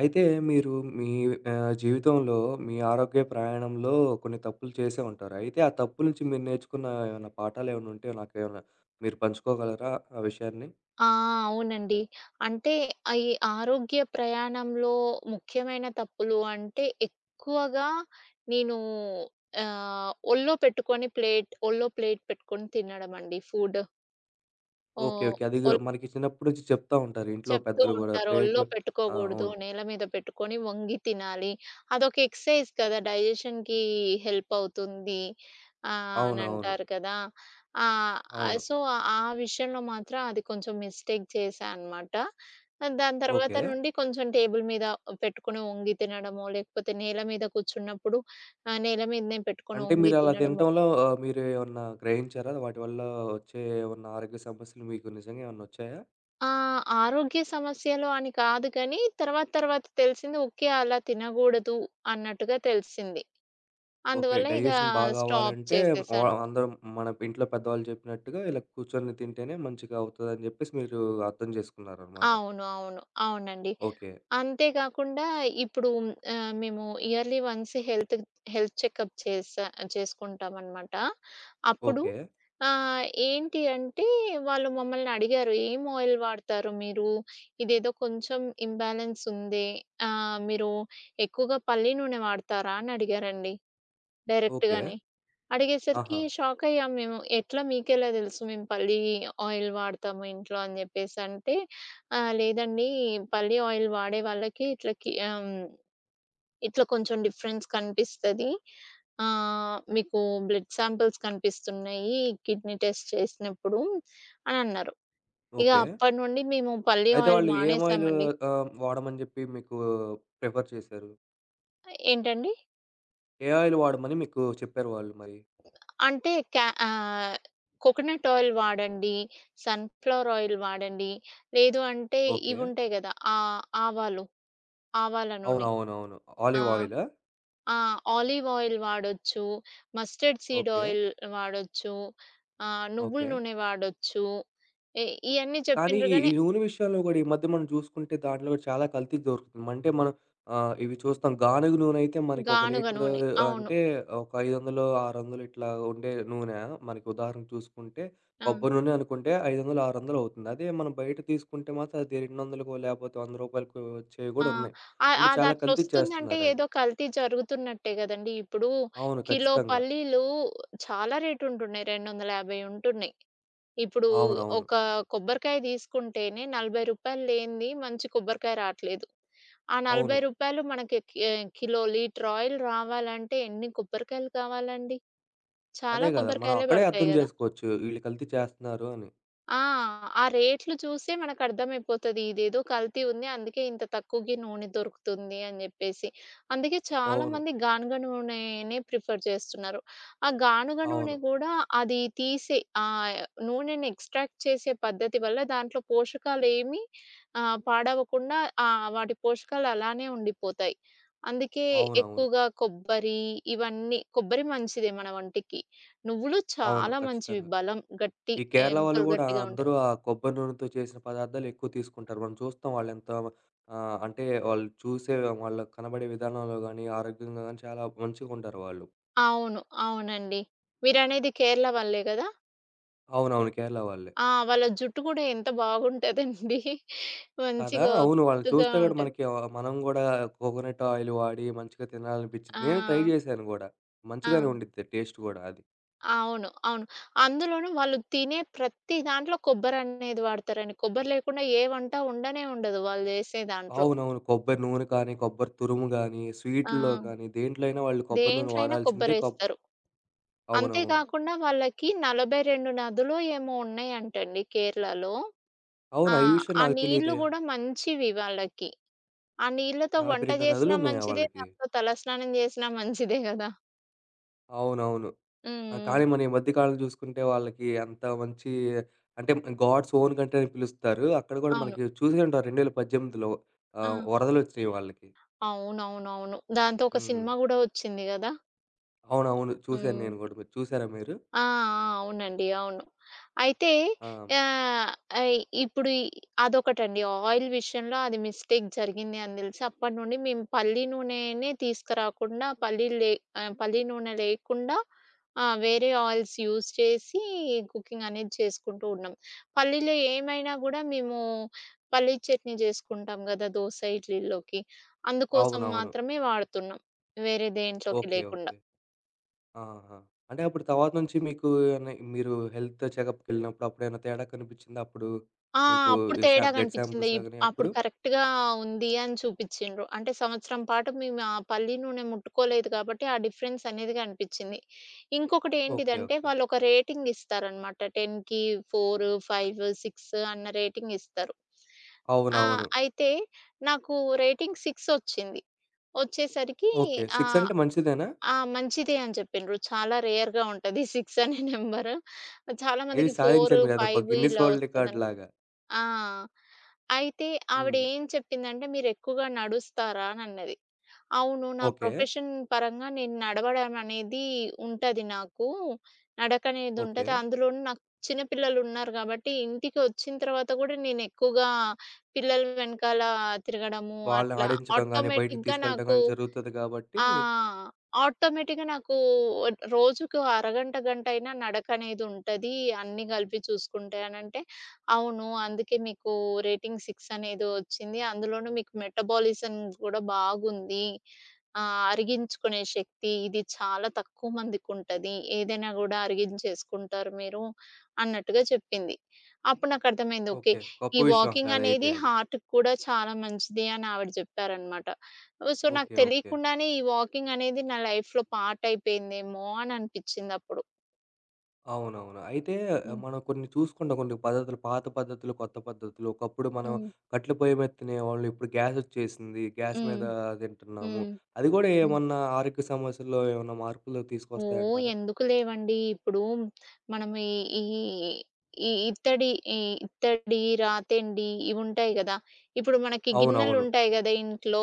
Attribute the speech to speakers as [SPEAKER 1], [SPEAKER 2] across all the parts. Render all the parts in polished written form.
[SPEAKER 1] అయితే మీరు మీ జీవితంలో మీ ఆరోగ్య ప్రయాణంలో కొన్ని తప్పులు చేసే ఉంటారు. అయితే ఆ తప్పుల నుంచి మీరు నేర్చుకున్న ఏమైనా పాఠాలేమైనా ఉంటే నాకేమైనా మీరు పంచుకోగలరా ఆ విషయాన్ని?
[SPEAKER 2] ఆ! అవునండి. అంటే అయి ఆరోగ్య ప్రయాణంలో ముఖ్యమైన తప్పులు అంటే ఎక్కువగా నేను ఒళ్ళో పెట్టుకొని ప్లేట్ పెట్టుకొని తినడమండి ఫుడ్.
[SPEAKER 1] ఓకే.
[SPEAKER 2] ఓహ్!
[SPEAKER 1] ఓకే. అది
[SPEAKER 2] ఒల్
[SPEAKER 1] మనకి చిన్నప్పటి నుంచి చెప్తా ఉంటారు ఇంట్లో
[SPEAKER 2] చెప్తూ
[SPEAKER 1] పెద్దలు గూడా
[SPEAKER 2] ఉంటారు. ఒళ్ళో
[SPEAKER 1] ప్లేటు. ఆ,
[SPEAKER 2] పెట్టుకోగూడదు.
[SPEAKER 1] అవును.
[SPEAKER 2] నేల మీద పెట్టుకొని వంగి తినాలి. అదొక ఎక్సర్‌సైజ్ కదా! డైజెషన్‌కి హెల్ప్ అవుతుంది. ఆహ్, అని అవును.
[SPEAKER 1] అవునవును.
[SPEAKER 2] అంటారు కదా! ఆహ్, ఆహ్,
[SPEAKER 1] అవును.
[SPEAKER 2] సో, ఆ విషయంలో మాత్రం అది కొంచెం మిస్టేక్ చేశా అనమాట. దాని తర్వాత
[SPEAKER 1] ఓకే.
[SPEAKER 2] నుండి కొంచెం టేబుల్ మీద పెట్టుకొని వంగి తినడమో, లేకపోతే నేల మీద కూర్చున్నప్పుడు నేల మీదనే పెట్టుకొని
[SPEAKER 1] అంటే
[SPEAKER 2] వంగి
[SPEAKER 1] మీరు అలా
[SPEAKER 2] తినడమో.
[SPEAKER 1] తినటంలో మీరు ఏమన్నా గ్రహించారా? వాటి వల్ల వచ్చే ఏమన్నా ఆరోగ్య సమస్యలు మీకు నిజంగా ఏమన్నా వచ్చాయా?
[SPEAKER 2] ఆ! ఆరోగ్య సమస్యలు అని కాదు కానీ, తర్వాత తర్వాత తెలిసింది. ఓకే. అలా తినగూడదు అన్నట్టుగా తెలిసింది.
[SPEAKER 1] ఓకే.
[SPEAKER 2] అందువల్ల ఇక
[SPEAKER 1] డైజెషన్ బాగా
[SPEAKER 2] స్టాప్
[SPEAKER 1] అవ్వాలంటే
[SPEAKER 2] చేసేసాను.
[SPEAKER 1] అందరం మన ఇంట్లో పెద్దవాళ్ళు చెప్పినట్టుగా ఇలా కూర్చొని తింటేనే మంచిగా అవుతదని జెప్పేసి మీరు అర్థం చేసుకున్నారనమాట.
[SPEAKER 2] అవును. అవును. అవునండి.
[SPEAKER 1] ఓకే.
[SPEAKER 2] అంతే గాకుండా ఇప్పుడు మేము yearly once health health checkup చేసుకుంటామనమాట. అప్పుడు
[SPEAKER 1] ఓకే.
[SPEAKER 2] ఏంటి అంటే వాళ్ళు మమ్మల్ని అడిగారు, "ఏం ఆయిల్ వాడతారు మీరు? ఇదేదో కొంచెం ఇంబాలెన్స్ ఉంది. మీరు ఎక్కువగా పల్లి నూనె వాడతారా?" అని అడిగారండి.
[SPEAKER 1] ఓకే.
[SPEAKER 2] డైరెక్ట్‌గానే. అడిగేసరికి
[SPEAKER 1] ఆహా!
[SPEAKER 2] షాకయ్యాం మేము. మీకెలా తెలుసు మేము పల్లి ఆయిల్ వాడతాము ఇంట్లో" అని జెప్పేసంటే, "లేదండి, పల్లి ఆయిల్ వాడే వాళ్ళకి ఇట్లా కొంచెం డిఫరెన్స్ కనిపిస్తది. మీకు బ్లడ్ శాంపిల్స్ కనిపిస్తున్నాయి కిడ్నీ టెస్ట్ చేసినప్పుడు" అని అన్నారు. ఇగ
[SPEAKER 1] ఓకే.
[SPEAKER 2] అప్పటి నుండి మేము పల్లి
[SPEAKER 1] అయితే
[SPEAKER 2] ఆయిల్
[SPEAKER 1] వాళ్ళు ఏం ఆయిలు
[SPEAKER 2] మానేసామండి.
[SPEAKER 1] వాడమని జెప్పి మీకు ప్రిఫర్ చేశారు?
[SPEAKER 2] ఏంటండి?
[SPEAKER 1] ఏ ఆయిల్ వాడమని మీకు చెప్పారు వాళ్ళు మరి?
[SPEAKER 2] అంటే కోకోనట్ ఆయిల్ వాడండి. సన్‌ఫ్లవర్ ఆయిల్ వాడండి. లేదు అంటే
[SPEAKER 1] ఓకే.
[SPEAKER 2] ఇవుంటాయి గదా! ఆవాలు. ఆవాల నూనె.
[SPEAKER 1] అవునవునవును.
[SPEAKER 2] ఆ!
[SPEAKER 1] ఆలివ్ ఆయిలా?
[SPEAKER 2] ఆ! ఆలివ్ ఆయిల్ వాడొచ్చు. Mustard seed
[SPEAKER 1] okay.
[SPEAKER 2] ఆయిల్ వాడొచ్చు. నువ్వుల
[SPEAKER 1] ఓకే.
[SPEAKER 2] నూనె వాడొచ్చు. ఇ ఇయన్నీ
[SPEAKER 1] కానీ
[SPEAKER 2] చెప్పిండ్రు
[SPEAKER 1] ఈ ఈ
[SPEAKER 2] గానీ.
[SPEAKER 1] నూనె విషయంలో గూడా ఈ మధ్య మనం చూసుకుంటే దాంట్లో గూడా చాలా కల్తీ దొరుకుతుంది. అంటే మనం ఇవి చూస్తాం, గానుగ నూనెయితే మనకి ఒక
[SPEAKER 2] గానుగ
[SPEAKER 1] లీటర్
[SPEAKER 2] నూనె. అవును.
[SPEAKER 1] అంటే ఒక 500, 600 ఇట్లా ఉండే నూనె మనకి, ఉదాహరణకు చూసుకుంటే
[SPEAKER 2] ఆ!
[SPEAKER 1] కొబ్బరి నూనె అనుకుంటే 500, 600 అవుతుంది. అదే మనం బయట తీసుకుంటే మాత్రం అది 200కో లేకపోతే రూ. 100 వచ్చేవి
[SPEAKER 2] ఆ!
[SPEAKER 1] గూడా ఉన్నాయి. అంటే చాలా కల్తీ
[SPEAKER 2] అదట్లొస్తుందంటే
[SPEAKER 1] చేస్తున్నారవి.
[SPEAKER 2] ఏదో కల్తీ జరుగుతున్నట్టే గదండీ! ఇప్పుడు
[SPEAKER 1] అవును.
[SPEAKER 2] కిలో
[SPEAKER 1] ఖచ్చితంగా.
[SPEAKER 2] పల్లీలు చాలా రేటుంటున్నయి. 250 ఉంటున్నయి. ఇప్పుడు
[SPEAKER 1] అవునవును. అవును.
[SPEAKER 2] ఒక కొబ్బరికాయ తీసుకుంటేనే రూ. 40 లేనిది మంచి కొబ్బరికాయ రాట్లేదు. ఆ రూ.
[SPEAKER 1] అవును,
[SPEAKER 2] 40 మనకి కి కిలో, లీటర్ ఆయిల్ రావాలంటే ఎన్ని కొబ్బరికాయలు కావాలండి? చాలా
[SPEAKER 1] అదే గదా! మనం
[SPEAKER 2] కొబ్బరికాయలే
[SPEAKER 1] అక్కడే అర్థం
[SPEAKER 2] పడతాయి గదా!
[SPEAKER 1] జేసుకోవచ్చు వీళ్ళు కల్తీ చేస్తున్నారు అని.
[SPEAKER 2] ఆ! ఆ రేట్లు చూసే మనకర్థమైపోతది. ఇదేదో కల్తీ ఉంది. అందుకే ఇంత తక్కువకి నూనె దొరుకుతుంది అని జెప్పేసి. అందుకే
[SPEAKER 1] అవును.
[SPEAKER 2] చాలామంది గానుగ నూనెనే ప్రిఫర్ చేస్తున్నారు. ఆ గానుగ
[SPEAKER 1] అవును.
[SPEAKER 2] నూనె గూడా అది తీసే ఆహ్, నూనెని ఎక్స్ట్రాక్ట్ చేసే పద్ధతి వల్ల దాంట్లో పోషకాలేమి పాడవకుండా, వాటి పోషకాలు అలానే ఉండిపోతాయి. అందుకే
[SPEAKER 1] అవునవును.
[SPEAKER 2] ఎక్కువగా ఇవన్నీ కొబ్బరి మంచిదే మన ఒంటికి. నువ్వులు
[SPEAKER 1] అవును.
[SPEAKER 2] చాలా మంచివి.
[SPEAKER 1] ఖచ్చితంగా.
[SPEAKER 2] బలం, గట్టి.
[SPEAKER 1] ఈ
[SPEAKER 2] ఆ,
[SPEAKER 1] కేరళ వాళ్ళు
[SPEAKER 2] ఎముకలు
[SPEAKER 1] గూడా
[SPEAKER 2] గట్టిగా ఉంటాయి.
[SPEAKER 1] అందరూ ఆ కొబ్బరి నూనెతో చేసిన పదార్థాలు ఎక్కువ తీసుకుంటారు. మనం చూస్తాం వాళ్ళెంత అంటే వాళ్ళు చూసే వాళ్ళకి కనబడే విధానంలో గానీ, ఆరోగ్యంగా గానీ, చాలా మంచిగుంటారు వాళ్ళు.
[SPEAKER 2] అవును. అవునండి. మీరనేది కేరళ వాళ్ళే గదా!
[SPEAKER 1] అవునవును. కేరళ వాళ్ళే.
[SPEAKER 2] ఆ! వాళ్ళ జుట్టు గూడా ఎంత బాగుంటదండి.
[SPEAKER 1] కదా!
[SPEAKER 2] మంచిగా
[SPEAKER 1] అవును. వాళ్ళని
[SPEAKER 2] ఒత్తుగా
[SPEAKER 1] చూస్తే గూడా
[SPEAKER 2] ఉంటది.
[SPEAKER 1] మనకి, మనం గూడా కోకోనట్ ఆయిల్ వాడి మంచిగా తినాలనిపిచ్చిద్ది.
[SPEAKER 2] ఆ!
[SPEAKER 1] నేను ట్రై జేశాను గూడా.
[SPEAKER 2] ఆ!
[SPEAKER 1] మంచిగానే ఉండిద్ది టేస్ట్ గూడా అది.
[SPEAKER 2] అవును. అవును. అందులోనూ వాళ్ళు తినే ప్రతి దాంట్లో కొబ్బరనేది వాడతారండి. కొబ్బరి లేకుండా ఏ వంట ఉండనే ఉండదు వాళ్ళు జేసే దాంట్లో.
[SPEAKER 1] అవునవును. కొబ్బరి నూనె కానీ, కొబ్బరి తురుము గానీ,
[SPEAKER 2] ఆ!
[SPEAKER 1] స్వీటుల్లో కానీ, దేంట్లో అయినా వాళ్ళు కొబ్బరి నూనె
[SPEAKER 2] దేంట్లో అయినా
[SPEAKER 1] వాడాల్సిందే.
[SPEAKER 2] కొబ్బరేస్తారు. అంతే
[SPEAKER 1] అవునవును.
[SPEAKER 2] కాకుండా వాళ్ళకి 42 నదులో ఏమో ఉన్నాయంటండి కేరళలో. ఆ!
[SPEAKER 1] అవునా! ఈ విషయం
[SPEAKER 2] ఆ
[SPEAKER 1] నాకు
[SPEAKER 2] నీళ్ళు
[SPEAKER 1] తెలీదే.
[SPEAKER 2] గూడా మంచివి వాళ్ళకి. ఆ నీళ్ళతో వంట
[SPEAKER 1] 42
[SPEAKER 2] జేసినా
[SPEAKER 1] నదులున్నాయా
[SPEAKER 2] మంచిదే,
[SPEAKER 1] వాళ్ళకి?
[SPEAKER 2] దాంతో తలస్నానం జేసినా మంచిదే గదా!
[SPEAKER 1] అవునవును. ఆ,
[SPEAKER 2] హ్మ్.
[SPEAKER 1] కానీ మన ఈ మధ్య కాలం చూసుకుంటే వాళ్ళకి అంత మంచి, అంటే గాడ్స్ ఓన్ కంట్రీ అని పిలుస్తారు. అక్కడ కూడా
[SPEAKER 2] అవును.
[SPEAKER 1] మనకి చూసే ఉంటారు, 2018లో
[SPEAKER 2] ఆ!
[SPEAKER 1] వరదలొచ్చినియి వాళ్ళకి.
[SPEAKER 2] అవునవునవును. దాంతో ఒక
[SPEAKER 1] హ్మ్.
[SPEAKER 2] సినిమా గూడా ఒచ్చింది గదా!
[SPEAKER 1] అవునవును. చూసాను
[SPEAKER 2] హ్మ్.
[SPEAKER 1] నేను గూడా. మీరు చూసారా మీరు?
[SPEAKER 2] ఆ! ఆ! అవునండి. అవును. అయితే
[SPEAKER 1] ఆ,
[SPEAKER 2] ఆహ్, ఆహ్, ఇప్పుడు ఈ అదొకటండి. ఆయిల్ విషయంలో అది మిస్టేక్ జరిగింది అని తెలిసి అప్పటి నుండి మేము పల్లి నూనెనే తీసుకురాకుండా పల్లి నూనె లేకుండా వేరే ఆయిల్స్ యూజ్ చేసి కుకింగ్ అనేది చేసుకుంటూ ఉన్నాం. పల్లీలో ఏమైనా గూడా మేము పల్లీ చట్నీ చేసుకుంటాం గదా! దోస, ఇడ్లీల్లోకి. అందుకోసం
[SPEAKER 1] అవునవును.
[SPEAKER 2] మాత్రమే వాడుతున్నాం. వేరే దేంట్లోకి
[SPEAKER 1] ఓకే.
[SPEAKER 2] లేకుండా.
[SPEAKER 1] ఓకే. ఆహా! అంటే అప్పుడు తర్వాత నుంచి మీకు ఏమన్నా మీరు హెల్త్ చెకప్‌కెళ్ళినప్పుడు అప్పుడేమైనా తేడా కనిపించిందా అప్పుడు?
[SPEAKER 2] ఆ!
[SPEAKER 1] మీకు
[SPEAKER 2] అప్పుడు
[SPEAKER 1] ఈ సా
[SPEAKER 2] తేడా
[SPEAKER 1] బ్లడ్
[SPEAKER 2] కనిపించింది.
[SPEAKER 1] శాంపుల్స్ లాగాని అప్పుడు?
[SPEAKER 2] అప్పుడు కరెక్ట్‌గా ఉంది అని చూపిచ్చిండ్రు. అంటే సంవత్సరం పాటు మేము ఆ పల్లి నూనె ముట్టుకోలేదు కాబట్టి, ఆ డిఫరెన్స్ అనేది కనిపించింది. ఇంకొకటి
[SPEAKER 1] ఓకే.
[SPEAKER 2] ఏంటిదంటే,
[SPEAKER 1] ఓకే.
[SPEAKER 2] వాళ్ళొక రేటింగ్ ఇస్తారనమాట. 10కి 4, 5, 6 అన్న రేటింగ్ ఇస్తారు. ఆ!
[SPEAKER 1] అవునవును.
[SPEAKER 2] అయితే నాకు రేటింగ్ 6 వచ్చింది. వచ్చేసరికి
[SPEAKER 1] ఓకే. 6
[SPEAKER 2] ఆహ్,
[SPEAKER 1] అంటే మంచిదేనా?
[SPEAKER 2] ఆ! మంచిదే అని చెప్పిండ్రు. చాలా రేర్‌గా ఉంటది 6 అనే నంబరు. చాలా
[SPEAKER 1] ఇది
[SPEAKER 2] మందికి
[SPEAKER 1] సాధించారు
[SPEAKER 2] 4,
[SPEAKER 1] మీరు. అదొక
[SPEAKER 2] 5
[SPEAKER 1] గిన్నిస్
[SPEAKER 2] ఇలా
[SPEAKER 1] వరల్డ్
[SPEAKER 2] వస్తదని.
[SPEAKER 1] రికార్డ్‌లాగా.
[SPEAKER 2] ఆ! అయితే
[SPEAKER 1] హ్మ్.
[SPEAKER 2] ఆవిడేం చెప్పిందంటే, "మీరెక్కువగా నడుస్తారా?" అనన్నది. అవును. నా
[SPEAKER 1] ఓకే.
[SPEAKER 2] ప్రొఫెషన్ పరంగా నేను నడవడం అనేది ఉంటది నాకు.
[SPEAKER 1] ఓకే.
[SPEAKER 2] నడకనేదుంటది. అందులోనూ నాకు చిన్న పిల్లలున్నారు గాబట్టి, ఇంటికి వచ్చిన తర్వాత గూడా నేనెక్కువగా పిల్లల వెనకాల తిరగడము,
[SPEAKER 1] వాళ్ళని
[SPEAKER 2] అట్లా
[SPEAKER 1] ఆడించడం గాని, బయటికి
[SPEAKER 2] ఆటోమేటిక్‌గా
[SPEAKER 1] తీసుకెళ్ళడం
[SPEAKER 2] నాకు
[SPEAKER 1] గాని జరుగుతది కాబట్టి.
[SPEAKER 2] ఆ! ఆటోమేటిక్‌గా నాకు రోజుకు అరగంట, గంట అయినా నడకనేదుంటది. అన్నీ కలిపి చూసుకుంటే అనంటే, అవును. అందుకే మీకు రేటింగ్ 6 అనేదో వచ్చింది. అందులోనూ మీకు మెటబాలిజం కూడా బాగుంది. అరిగించుకునే శక్తి ఇది చాలా తక్కువ మందికుంటది. ఏదైనా గూడా అరిగించేసుకుంటారు మీరు అన్నట్టుగా చెప్పింది. అప్పుడు నాకర్థమైంది. ఓకే.
[SPEAKER 1] ఓకే. గొప్ప
[SPEAKER 2] ఈ
[SPEAKER 1] విషయం
[SPEAKER 2] వాకింగ్
[SPEAKER 1] అసలదైతే
[SPEAKER 2] అనేది
[SPEAKER 1] అది.
[SPEAKER 2] హార్ట్‌కి కూడా చాలా మంచిది అని ఆవిడ జెప్పారనమాట. సో, నాకు
[SPEAKER 1] ఓకే. ఓకే.
[SPEAKER 2] తెలియకుండానే ఈ వాకింగ్ అనేది నా లైఫ్‌లో పార్ట్ అయిపోయిందేమో అని అనిపించిందప్పుడు.
[SPEAKER 1] అవునవును. అయితే
[SPEAKER 2] హ్మ్.
[SPEAKER 1] మనం కొన్ని చూసుకుంటాం, కొన్ని పద్ధతులు, పాత పద్ధతులు, కొత్త పద్ధతులు. ఒకప్పుడు మనం
[SPEAKER 2] హ్మ్.
[SPEAKER 1] కట్టెల పొయ్యి మీద తినేవాళ్ళు. ఇప్పుడు గ్యాసొచ్చేసింది. గ్యాస్
[SPEAKER 2] హ్మ్.
[SPEAKER 1] మీద తింటున్నాము.
[SPEAKER 2] హ్మ్.
[SPEAKER 1] అది కూడా
[SPEAKER 2] హ్మ్.
[SPEAKER 1] ఏమన్నా ఆరోగ్య సమస్యల్లో ఏమన్నా మార్పులు
[SPEAKER 2] ఓహ్!
[SPEAKER 1] తీసుకొస్తాయంటారా?
[SPEAKER 2] ఎందుకు లేవండి. ఇప్పుడు మనం ఈ ఈ ఈ ఇత్తడి ఈ ఇత్తడి, రాతెండి ఇవుంటాయి గదా! ఇప్పుడు మనకి
[SPEAKER 1] అవునవును.
[SPEAKER 2] గిన్నెలుంటాయి గదా ఇంట్లో.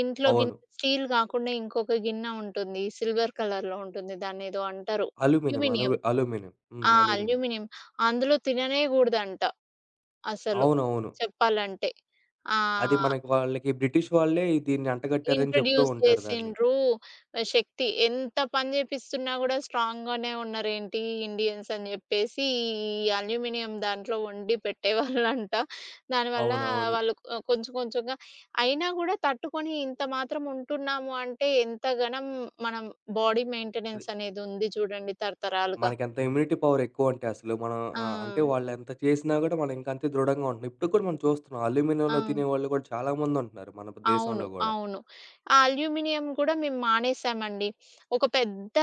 [SPEAKER 2] ఇంట్లో
[SPEAKER 1] అవును.
[SPEAKER 2] గిన్నె స్టీల్ గాకుండా ఇంకొక గిన్నె ఉంటుంది. సిల్వర్ కలర్‌లో ఉంటుంది. దాన్నేదో అంటారు.
[SPEAKER 1] అల్యూమినియం.
[SPEAKER 2] అల్యూమినియం.
[SPEAKER 1] అల్యూమినియం. హ్మ్.
[SPEAKER 2] ఆ!
[SPEAKER 1] అల్యూమినియం.
[SPEAKER 2] అల్యూమినియం. అందులో తిననే గూడదంట. అసలు
[SPEAKER 1] అవునవును.
[SPEAKER 2] చెప్పాలంటే.
[SPEAKER 1] అది
[SPEAKER 2] ఆహ్,
[SPEAKER 1] మనకి వాళ్ళకి బ్రిటిష్ వాళ్ళే ఈ దీన్ని అంటగట్టారని చెప్తూ
[SPEAKER 2] ఇంట్రొడ్యూస్
[SPEAKER 1] ఉంటారు దాన్ని.
[SPEAKER 2] చేసిండ్రు. శక్తి ఎంత పని చేపిస్తున్నా గూడా స్ట్రాంగ్‌గానే ఉన్నారేంటి ఇండియన్స్ అని జెప్పేసి ఈ అల్యూమినియం దాంట్లో వండి పెట్టేవాళ్ళంట. దానివల్ల
[SPEAKER 1] అవునవును.
[SPEAKER 2] వాళ్ళు కొంచెం కొంచెంగా అయినా గూడా తట్టుకొని ఇంత మాత్రం ఉంటున్నాము అంటే ఎంత గనం మనం బాడీ
[SPEAKER 1] అది
[SPEAKER 2] మెయింటెనెన్స్ అనేది ఉంది చూడండి తరతరాలుగా.
[SPEAKER 1] మనకెంత ఇమ్యూనిటీ పవర్ ఎక్కువంటే అసలు మనం,
[SPEAKER 2] ఆ!
[SPEAKER 1] అంటే వాళ్ళెంత చేసినా గూడా మనం ఇంకా అంతే దృఢంగా ఉంటున్నాం. ఇప్పటికి కూడా మనం చూస్తున్నాం
[SPEAKER 2] ఆ!
[SPEAKER 1] అల్యూమినియంలో తినేవాళ్ళు గూడా చాలా మందుంటున్నారు మన
[SPEAKER 2] అవును.
[SPEAKER 1] దేశంలో గూడా.
[SPEAKER 2] అవును. ఆ అల్యూమినియం గూడా మేము మానేసామండి. ఒక పెద్ద,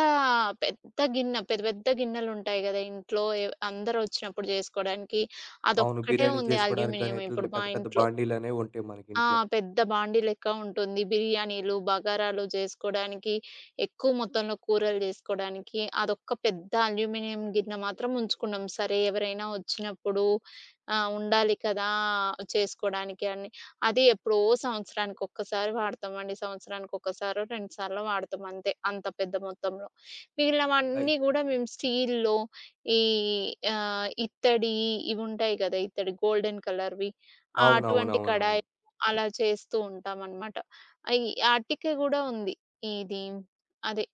[SPEAKER 2] పెద్ద గిన్నె పెద్ద, పెద్ద గిన్నెలుంటాయి గదా! ఇంట్లో అందరొచ్చినప్పుడు జేసుకోడానికి
[SPEAKER 1] అవును.
[SPEAKER 2] అదొక్కటే
[SPEAKER 1] బిర్యానీ
[SPEAKER 2] ఉంది
[SPEAKER 1] చేసుకోవడానికి గానీ
[SPEAKER 2] అల్యూమినియం ఇప్పుడు
[SPEAKER 1] ఇట్లాంటి
[SPEAKER 2] మా
[SPEAKER 1] పెద్ద పెద్ద
[SPEAKER 2] ఇంట్లో.
[SPEAKER 1] బాండీలనేవి ఉంటాయి మనకి
[SPEAKER 2] ఆ!
[SPEAKER 1] ఇంట్లో.
[SPEAKER 2] పెద్ద బాండీ లెక్క ఉంటుంది. బిర్యానీలు, బగారాలు జేసుకోడానికి, ఎక్కువ మొత్తంలో కూరలు జేసుకోడానికి అదొక్క పెద్ద అల్యూమినియం గిన్నె మాత్రం ఉంచుకున్నాం. సరే ఎవరైనా వచ్చినప్పుడు ఉండాలి కదా! చేసుకోడానికి అని. అది ఎప్పుడో సంవత్సరానికి ఒక్కసారి వాడతామండి. సంవత్సరానికి ఒక్కసారో, 2 సార్లో వాడతాం అంతే. అంత పెద్ద మొత్తంలో.
[SPEAKER 1] అయి
[SPEAKER 2] మిగిలినవన్నీ గూడా మేము స్టీల్‌లో. ఈ ఇత్తడి ఇవుంటాయి గదా! ఇత్తడి గోల్డెన్ కలర్‌వి. ఆ! అటువంటి
[SPEAKER 1] అవునవునవునవును.
[SPEAKER 2] కడాయి అలా చేస్తూ ఉంటామనమాట. ఆహ్, ఈ అటికె గూడా ఉంది. ఇది అదే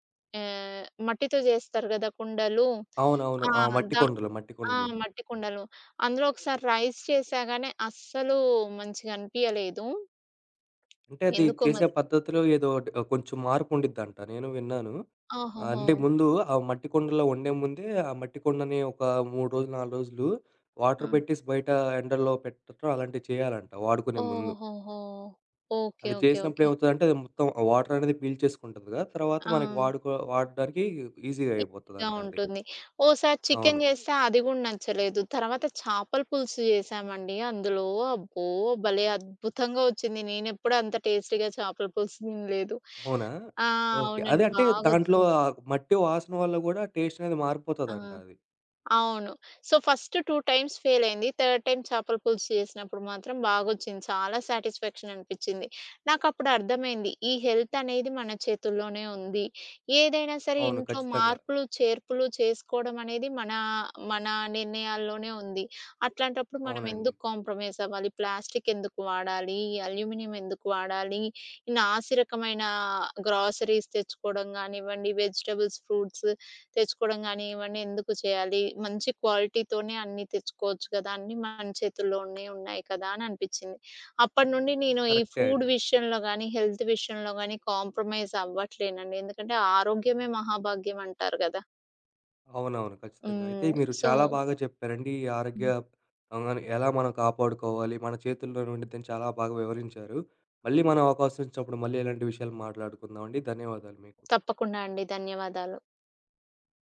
[SPEAKER 2] మట్టితో జేస్తారు గదా! కుండలు.
[SPEAKER 1] అవునవును.
[SPEAKER 2] ఆ!
[SPEAKER 1] ఆ, మట్టి
[SPEAKER 2] దా
[SPEAKER 1] కుండలు. మట్టి
[SPEAKER 2] ఆ!
[SPEAKER 1] కుండలు.
[SPEAKER 2] మట్టి కుండలు. అందులో ఒకసారి రైస్ చేశా గాని అస్సలు మంచిగా అనిపియలేదు.
[SPEAKER 1] అంటే అది
[SPEAKER 2] ఎందుకో
[SPEAKER 1] చేసే
[SPEAKER 2] మరి.
[SPEAKER 1] పద్ధతిలో ఏదో ఒకటి, కొంచెం మార్పుండిద్దంట. నేను విన్నాను.
[SPEAKER 2] ఓహోహో!
[SPEAKER 1] అంటే ముందు ఆ మట్టి కుండలో వండే ముందే ఆ మట్టి కుండని ఒక 3 రోజులు, 4 రోజులు వాటర్
[SPEAKER 2] ఆ!
[SPEAKER 1] పెట్టేసి బయట ఎండలో పెట్టటం అలాంటివి చేయాలంట వాడుకునే ముందు.
[SPEAKER 2] ఓహోహో! ఓకే.
[SPEAKER 1] అది
[SPEAKER 2] ఓకే.
[SPEAKER 1] చేసినప్పుడు
[SPEAKER 2] ఓకే.
[SPEAKER 1] ఏమవుతదంటే అది మొత్తం ఆ వాటర్ అనేది పీల్చేసుకుంటది కదా! తర్వాత
[SPEAKER 2] ఆ!
[SPEAKER 1] మనకి వాడడానికి ఈజీగా
[SPEAKER 2] ఈజీగా
[SPEAKER 1] అయిపోతదంట అది.
[SPEAKER 2] ఉంటుంది. ఓసారి
[SPEAKER 1] అవును.
[SPEAKER 2] చికెన్ చేస్తే అది గూడా నచ్చలేదు. తర్వాత చేపల పులుసు చేశామండి. అందులో అబ్బో! భలే అద్భుతంగా వచ్చింది. నేనెప్పుడూ అంత టేస్టీగా చేపల పులుసు తినలేదు.
[SPEAKER 1] అవునా?
[SPEAKER 2] ఆ!
[SPEAKER 1] ఓకే. అదే
[SPEAKER 2] అవునండి.
[SPEAKER 1] అంటే దాంట్లో
[SPEAKER 2] బాగొచ్చింది.
[SPEAKER 1] ఆ మట్టి వాసన వల్ల గూడా టేస్ట్ అనేది
[SPEAKER 2] ఆ!
[SPEAKER 1] మారిపోతదంట అది.
[SPEAKER 2] అవును. సో, ఫస్ట్ 2 టైమ్స్ ఫెయిలయింది. థర్డ్ టైమ్ చేపల పులుసు చేసినప్పుడు మాత్రం బాగొచ్చింది. చాలా సాటిస్ఫాక్షన్ అనిపిచ్చింది. నాకప్పుడు అర్థమైంది. ఈ హెల్త్ అనేది మన చేతుల్లోనే ఉంది. ఏదైనా సరే
[SPEAKER 1] అవును.
[SPEAKER 2] ఇంట్లో
[SPEAKER 1] ఖచ్చితంగా.
[SPEAKER 2] మార్పులు, చేర్పులు చేసుకోవడం అనేది మన నిర్ణయాల్లోనే ఉంది. అట్లాంటప్పుడు మనం
[SPEAKER 1] అవునండి.
[SPEAKER 2] ఎందుకు కాంప్రమైజ్ అవ్వాలి? ప్లాస్టిక్ ఎందుకు వాడాలి? అల్యూమినియం ఎందుకు వాడాలి? ఈ నాసిరకమైన గ్రాసరీస్ తెచ్చుకోవడం గానివ్వండి, వెజిటబుల్స్, ఫ్రూట్స్ తెచ్చుకోవడం గానివ్వండి, ఎందుకు చేయాలి? మంచి క్వాలిటీతోనే అన్నీ తెచ్చుకోవచ్చు కదా! అన్నీ మన చేతుల్లోనే ఉన్నాయి కదా! అని అనిపిచ్చింది. అప్పటినుండి నేను ఈ
[SPEAKER 1] కరెక్టే
[SPEAKER 2] ఫుడ్
[SPEAKER 1] అండి.
[SPEAKER 2] విషయంలో గానీ, హెల్త్ విషయంలో గానీ కాంప్రమైజ్ అవ్వట్లేనండి. ఎందుకంటే ఆరోగ్యమే మహాభాగ్యం అంటారు గదా!
[SPEAKER 1] అవునవును. ఖచ్చితంగా. అయితే
[SPEAKER 2] హ్మ్.
[SPEAKER 1] మీరు
[SPEAKER 2] సో
[SPEAKER 1] చాలా బాగా చెప్పారండి. ఈ ఆరోగ్య
[SPEAKER 2] హ్మ్.
[SPEAKER 1] అవగాహన ఎలా మనం కాపాడుకోవాలి, మన చేతుల్లోనే ఉండిద్దని చాలా బాగా వివరించారు. మళ్ళీ మనం అవకాశం ఇచ్చినప్పుడు మళ్ళీ ఇలాంటి విషయాలు మాట్లాడుకుందామండి. ధన్యవాదాలు మీకు.
[SPEAKER 2] తప్పకుండా అండి. ధన్యవాదాలు.